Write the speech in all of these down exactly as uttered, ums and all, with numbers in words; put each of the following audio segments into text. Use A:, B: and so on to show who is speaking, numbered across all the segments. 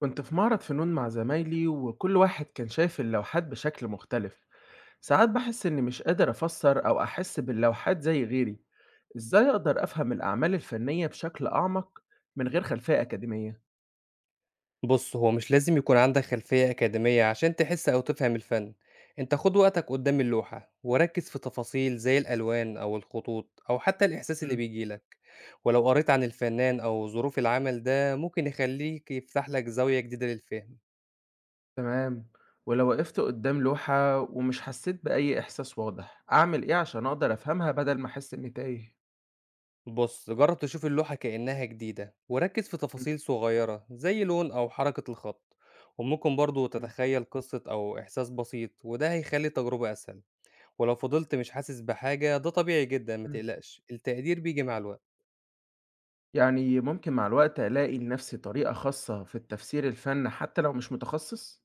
A: كنت في معرض فنون مع زمايلي، وكل واحد كان شايف اللوحات بشكل مختلف. ساعات بحس إني مش قادر أفسر أو أحس باللوحات زي غيري. إزاي أقدر أفهم الأعمال الفنية بشكل أعمق من غير خلفية أكاديمية؟
B: بُص، هو مش لازم يكون عندك خلفية أكاديمية عشان تحس أو تفهم الفن، أنت خُد وقتك قدّام اللوحة، وركّز في تفاصيل زي الألوان أو الخطوط أو حتى الإحساس اللي
A: مم.
B: بييجي لك، ولو قريت عن الفنان أو ظروف العمل ده ممكن يخلّيك يفتح لك زاوية جديدة للفهم.
A: تمام. ولو وقفت قدام لوحة ومش حسيت بأي إحساس واضح، أعمل إيه عشان أقدر أفهمها بدل ما أحس إني تايه؟
B: بُص، جرّب تشوف اللوحة كإنها جديدة، وركّز في
A: مم.
B: تفاصيل صغيرة زي لون أو حركة الخط، وممكن برضه
A: أيوة.
B: تتخيل قصة أو إحساس بسيط وده هيخلّي التجربة أسهل. ولو فضلت مش حاسس بحاجة ده طبيعي جدًا ما
A: مم.
B: تقلقش، التقدير بييجي مع الوقت.
A: يعني ممكن مع الوقت ألاقي لنفسي طريقة خاصة في التفسير الفن حتى لو مش متخصص؟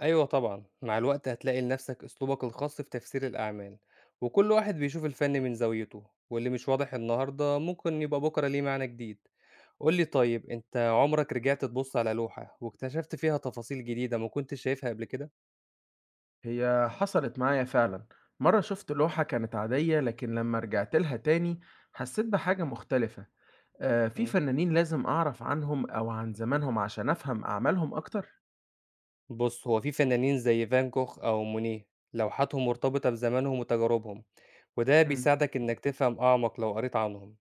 B: أيوه طبعًا، مع الوقت هتلاقي لنفسك أسلوبك الخاص في تفسير الأعمال، وكل واحد بيشوف الفن من زاويته، واللي مش واضح النهارده ممكن يبقى بكرة ليه معنى جديد. قُل لي طيب أنت عمرك رجعت تبُص على لوحة واكتشفت فيها تفاصيل جديدة ما كنتش شايفها قبل كده؟
A: هي حصلت معايا فعلا. مرة شفت لوحة كانت عادية، لكن لما رجعت لها تاني حسيت بحاجة مختلفة. آه، في
B: إمم.
A: فنانين لازم أعرف عنهم أو عن زمانهم عشان أفهم أعمالهم أكتر؟
B: بُص، هو في فنانين زي فان كوخ أو مونيه لوحاتهم مرتبطة بزمانهم وتجاربهم. وده
A: امم.
B: بيساعدك إنك تفهم أعمق لو قريت عنهم.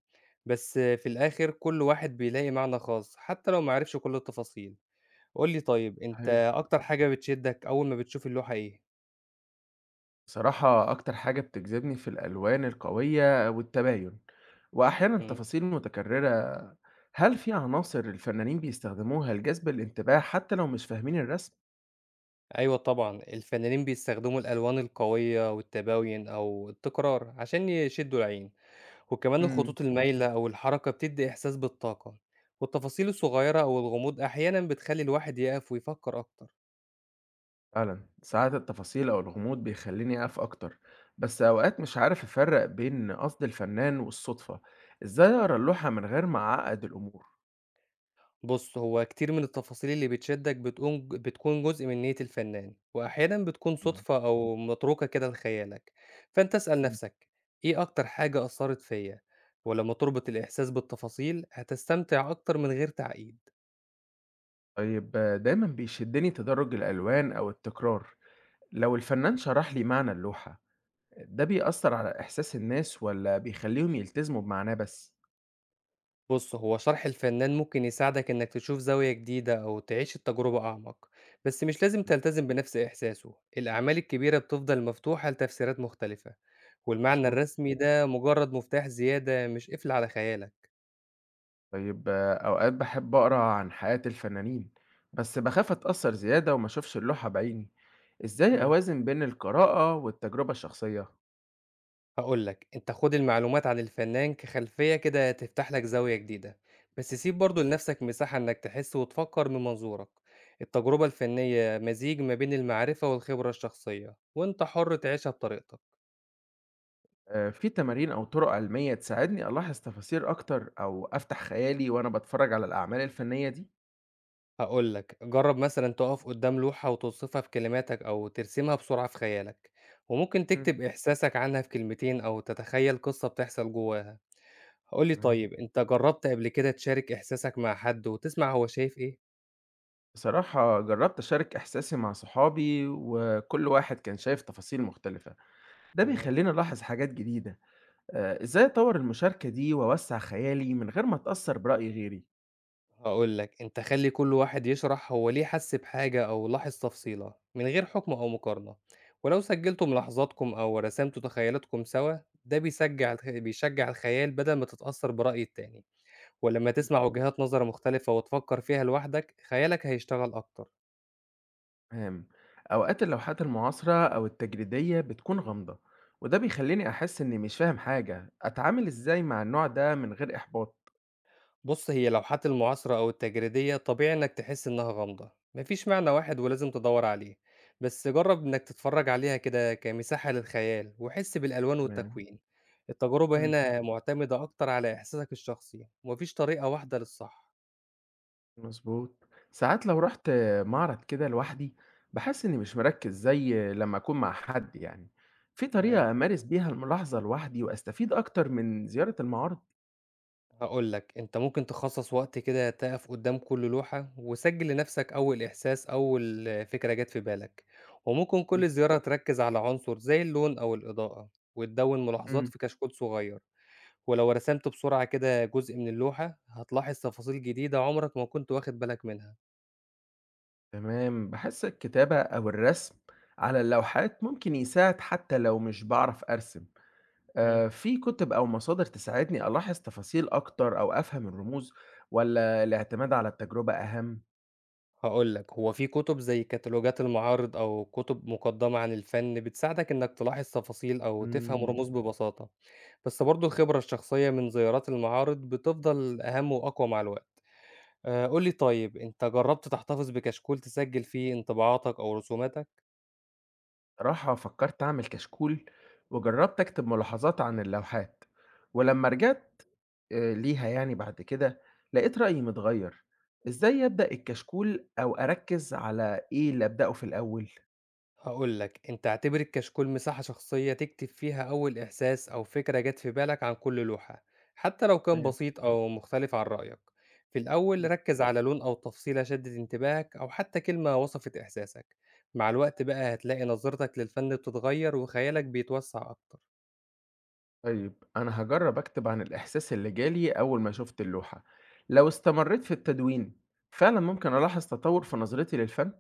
B: بس في الآخر كل واحد بيلاقي معنى خاص حتى لو معرفش كل التفاصيل. قولي طيب أنت
A: صحيح.
B: أكتر حاجة بتشدك أول ما بتشوف اللوحة إيه؟
A: صراحة أكتر حاجة بتجذبني في الألوان القوية والتباين، وأحيانا
B: مم.
A: تفاصيل متكررة. هل في عناصر الفنانين بيستخدموها لجذب الانتباه حتى لو مش فاهمين الرسم؟
B: أيوة طبعا الفنانين بيستخدموا الألوان القوية والتباين أو التكرار عشان يشدوا العين، وكمان
A: امم.
B: الخطوط المايلة أو الحركة بتدي إحساس بالطاقة، والتفاصيل الصغيرة أو الغموض أحيانا بتخلي الواحد يقف ويفكر أكتر.
A: فعلا ساعات التفاصيل أو الغموض بيخليني أقف أكتر، بس أوقات مش عارف أفرق بين قصد الفنان والصدفة. إزاي أقرأ اللوحة من غير ما أعقد الأمور؟
B: بُص، هو كتير من التفاصيل اللي بتشدّك بتقوم بتكون جزء من نيّة الفنّان، وأحيانًا بتكون
A: مم.
B: صُدفة إمم. أو متروكة كده لخيالك، فأنت اسأل
A: مم.
B: نَفْسك إيه أكتر حاجة أثّرت فيّا؟ ولمّا تربط الإحساس بالتفاصيل هتستمتع أكتر من غير تعقيد.
A: طيب آه، دايما بيشدني تدرج الألوان أو التكرار. لو الفنان شرح لي معنى اللوحة، ده بيأثر على إحساس الناس ولا بيخليهم يلتزموا بمعناه بس؟
B: بُص، هو شرح الفنّان ممكن يساعدك إنّك تشوف زاوية جديدة أو تعيش التجربة أعمق، بس مش لازم
A: مم.
B: تلتزم بنَفْس إحساسه، الأعمال الكبيرة بتفضل مفتوحة لتفسيرات مختلفة، والمعنى
A: مظبوط.
B: الرسمي ده مجرّد مفتاح زيادة مش قفل على خيالك.
A: طيب آه، أوقات بحب أقرأ عن حياة الفنانين، بس بخاف أتأثر زيادة وما أشوفش اللوحة بعيني. إزاي
B: إمم،
A: أوازن بين القراءة والتجربة الشخصية؟
B: هاقول لك، أنت خُد المعلومات عن الفنان كخلفية كده تفتح لك زاوية جديدة، بس سيب برضه لنفسك مساحة إنك تحس وتفكّر من منظورك، التجربة الفنية مزيج ما بين المعرفة والخبرة الشخصية، وأنت حُر تعيشها بطريقتك.
A: آه، في تمارين أو طرق علمية تساعدني ألاحظ تفاصيل أكتر أو أفتح خيالي وأنا بتفرج على الأعمال الفنية دي؟
B: هاقول لك جرّب مثلًا تقف قدّام لوحة وتوصفها بكلماتك أو ترسمها بسرعة في خيالك، وممكن
A: مم.
B: تكتب إحساسك عنها في كلمتين أو تتخيل قصة بتحصل جواها. قُل لي
A: تمام.
B: طيب أنت جرّبت قبل كده تشارك إحساسك مع حد وتسمع هو شايف إيه؟
A: بصراحة جربت أشارك إحساسي مع صحابي، وكل واحد كان شايف تفاصيل مختلفة. ده
B: تمام.
A: بيخليني ألاحظ حاجات جديدة. آه، إزاي أطور المشاركة دي وأوسع خيالي من غير ما أتأثر برأي غيري؟
B: هاقول لك، أنت خلّي كل واحد يشرح هو ليه حَس بحاجة أو لاحظ تفصيلة، من غير حكم أو مقارنة، ولو سجّلتوا ملاحظاتكم أو رسمتوا تخيلاتكم سوا، ده بيسجّع الخ بيشجّع الخيال بدل ما تتأثّر برأي التاني، ولمّا تسمع وجهات نظر مختلفة وتفكّر فيها لوحدك، خيالك هيشتغل أكتر.
A: تمام. أوقات اللوحات المعاصرة أو التجريدية بتكون غامضة، وده بيخليني أحس إني مش فاهم حاجة. أتعامل إزاي مع النوع ده من غير إحباط؟
B: بُص، هي لوحات المعاصرة أو التجريدية طبيعي إنك تحس إنها غامضة، ما فيش معنى واحد ولازم تدوّر عليه، بس جرّب إنك تتفرّج عليها كده كمساحة للخيال وحِس بالألوان
A: تمام.
B: والتكوين، التجربة
A: مم.
B: هنا مُعتمدة أكتر على إحساسك الشخصي وما فيش طريقة واحدة للصح.
A: مظبوط. ساعات لو رحت معرض كده لوحدي، بحس إني مش مركز زي لما أكون مع حد. يعني في
B: تمام،
A: طريقة أمارس بيها الملاحظة لوحدي وأستفيد أكتر من زيارة المعارض؟
B: هاقول لك أنت ممكن تخصّص وقت كده تقف قدّام كل لوحة وسجّل لنفسك أول إحساس، أول فكرة جات في بالك، وممكن
A: مم.
B: كل زيارة تركّز على عنصر زي اللون أو الإضاءة وتدوّن ملاحظات
A: مم.
B: في كشكول صغير. ولو رسمت بسرعة كده جزء من اللوحة، هتلاحظ تفاصيل جديدة عمرك ما كنت واخد بالك منها.
A: تمام، بحس الكتابة أو الرسم على اللوحات ممكن يساعد حتى لو مش بعرف أرسم.
B: مم.
A: آآ في كُتب أو مصادر تساعدني ألاحظ تفاصيل أكتر أو أفهم الرموز، والّا الاعتماد على التجربة أهم؟
B: هاقول لك، هو في كتب زي كتالوجات المعارض أو كتب مقدمة عن الفن بتساعدك إنك تلاحظ تفاصيل أو تفهم
A: إمم.
B: رموز ببساطة، بس برضه الخبرة الشخصية من زيارات المعارض بتفضل أهم وأقوى مع الوقت. آه، قول لي طيب، أنت جربت تحتفظ بكشكول تسجل فيه انطباعاتك أو رسوماتك؟
A: بصراحة فكّرت أعمل كشكول، وجرّبت أكتب ملاحظات عن اللوحات، ولمّا رجعت آآ ليها يعني بعد كده، لقيت رأيي متغيّر. إزاي أبدأ الكشكول أو أركّز على إيه اللي أبدأه في الأول؟
B: هاقول لك أنت اعتبر الكشكول مساحة شخصية تكتب فيها أول إحساس أو فكرة جت في بالك عن كل لوحة، حتى لو كان
A: تمام.
B: بسيط أو مختلف عن رأيك. في الأول ركز على لون أو تفصيلة شدت انتباهك أو حتى كلمة وصفت إحساسك، مع الوقت بقى هتلاقي نظرتك للفن بتتغير وخيالك بيتوسع أكتر.
A: طيب أنا هجرب أكتب عن الإحساس اللي جالي أول ما شفت اللوحة. لو استمريت في التدوين، فعلا ممكن ألاحظ تطور في نظرتي للفن.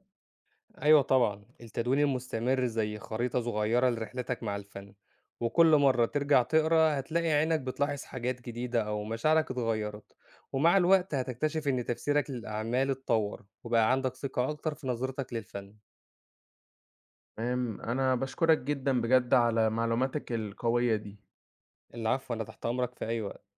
B: أيوه طبعًا، التدوين المستمر زي خريطة صغيرة لرحلتك مع الفن، وكل مرة ترجع تقرا هتلاقي عينك بتلاحظ حاجات جديدة أو مشاعرك اتغيرت، ومع الوقت هتكتشف إن تفسيرك للأعمال اتطور، وبقى عندك ثقة أكتر في نظرتك للفن.
A: تمام، أنا بشكرك جدا بجد على معلوماتك القوية دي.
B: العفو، أنا تحت أمرك في أي وقت.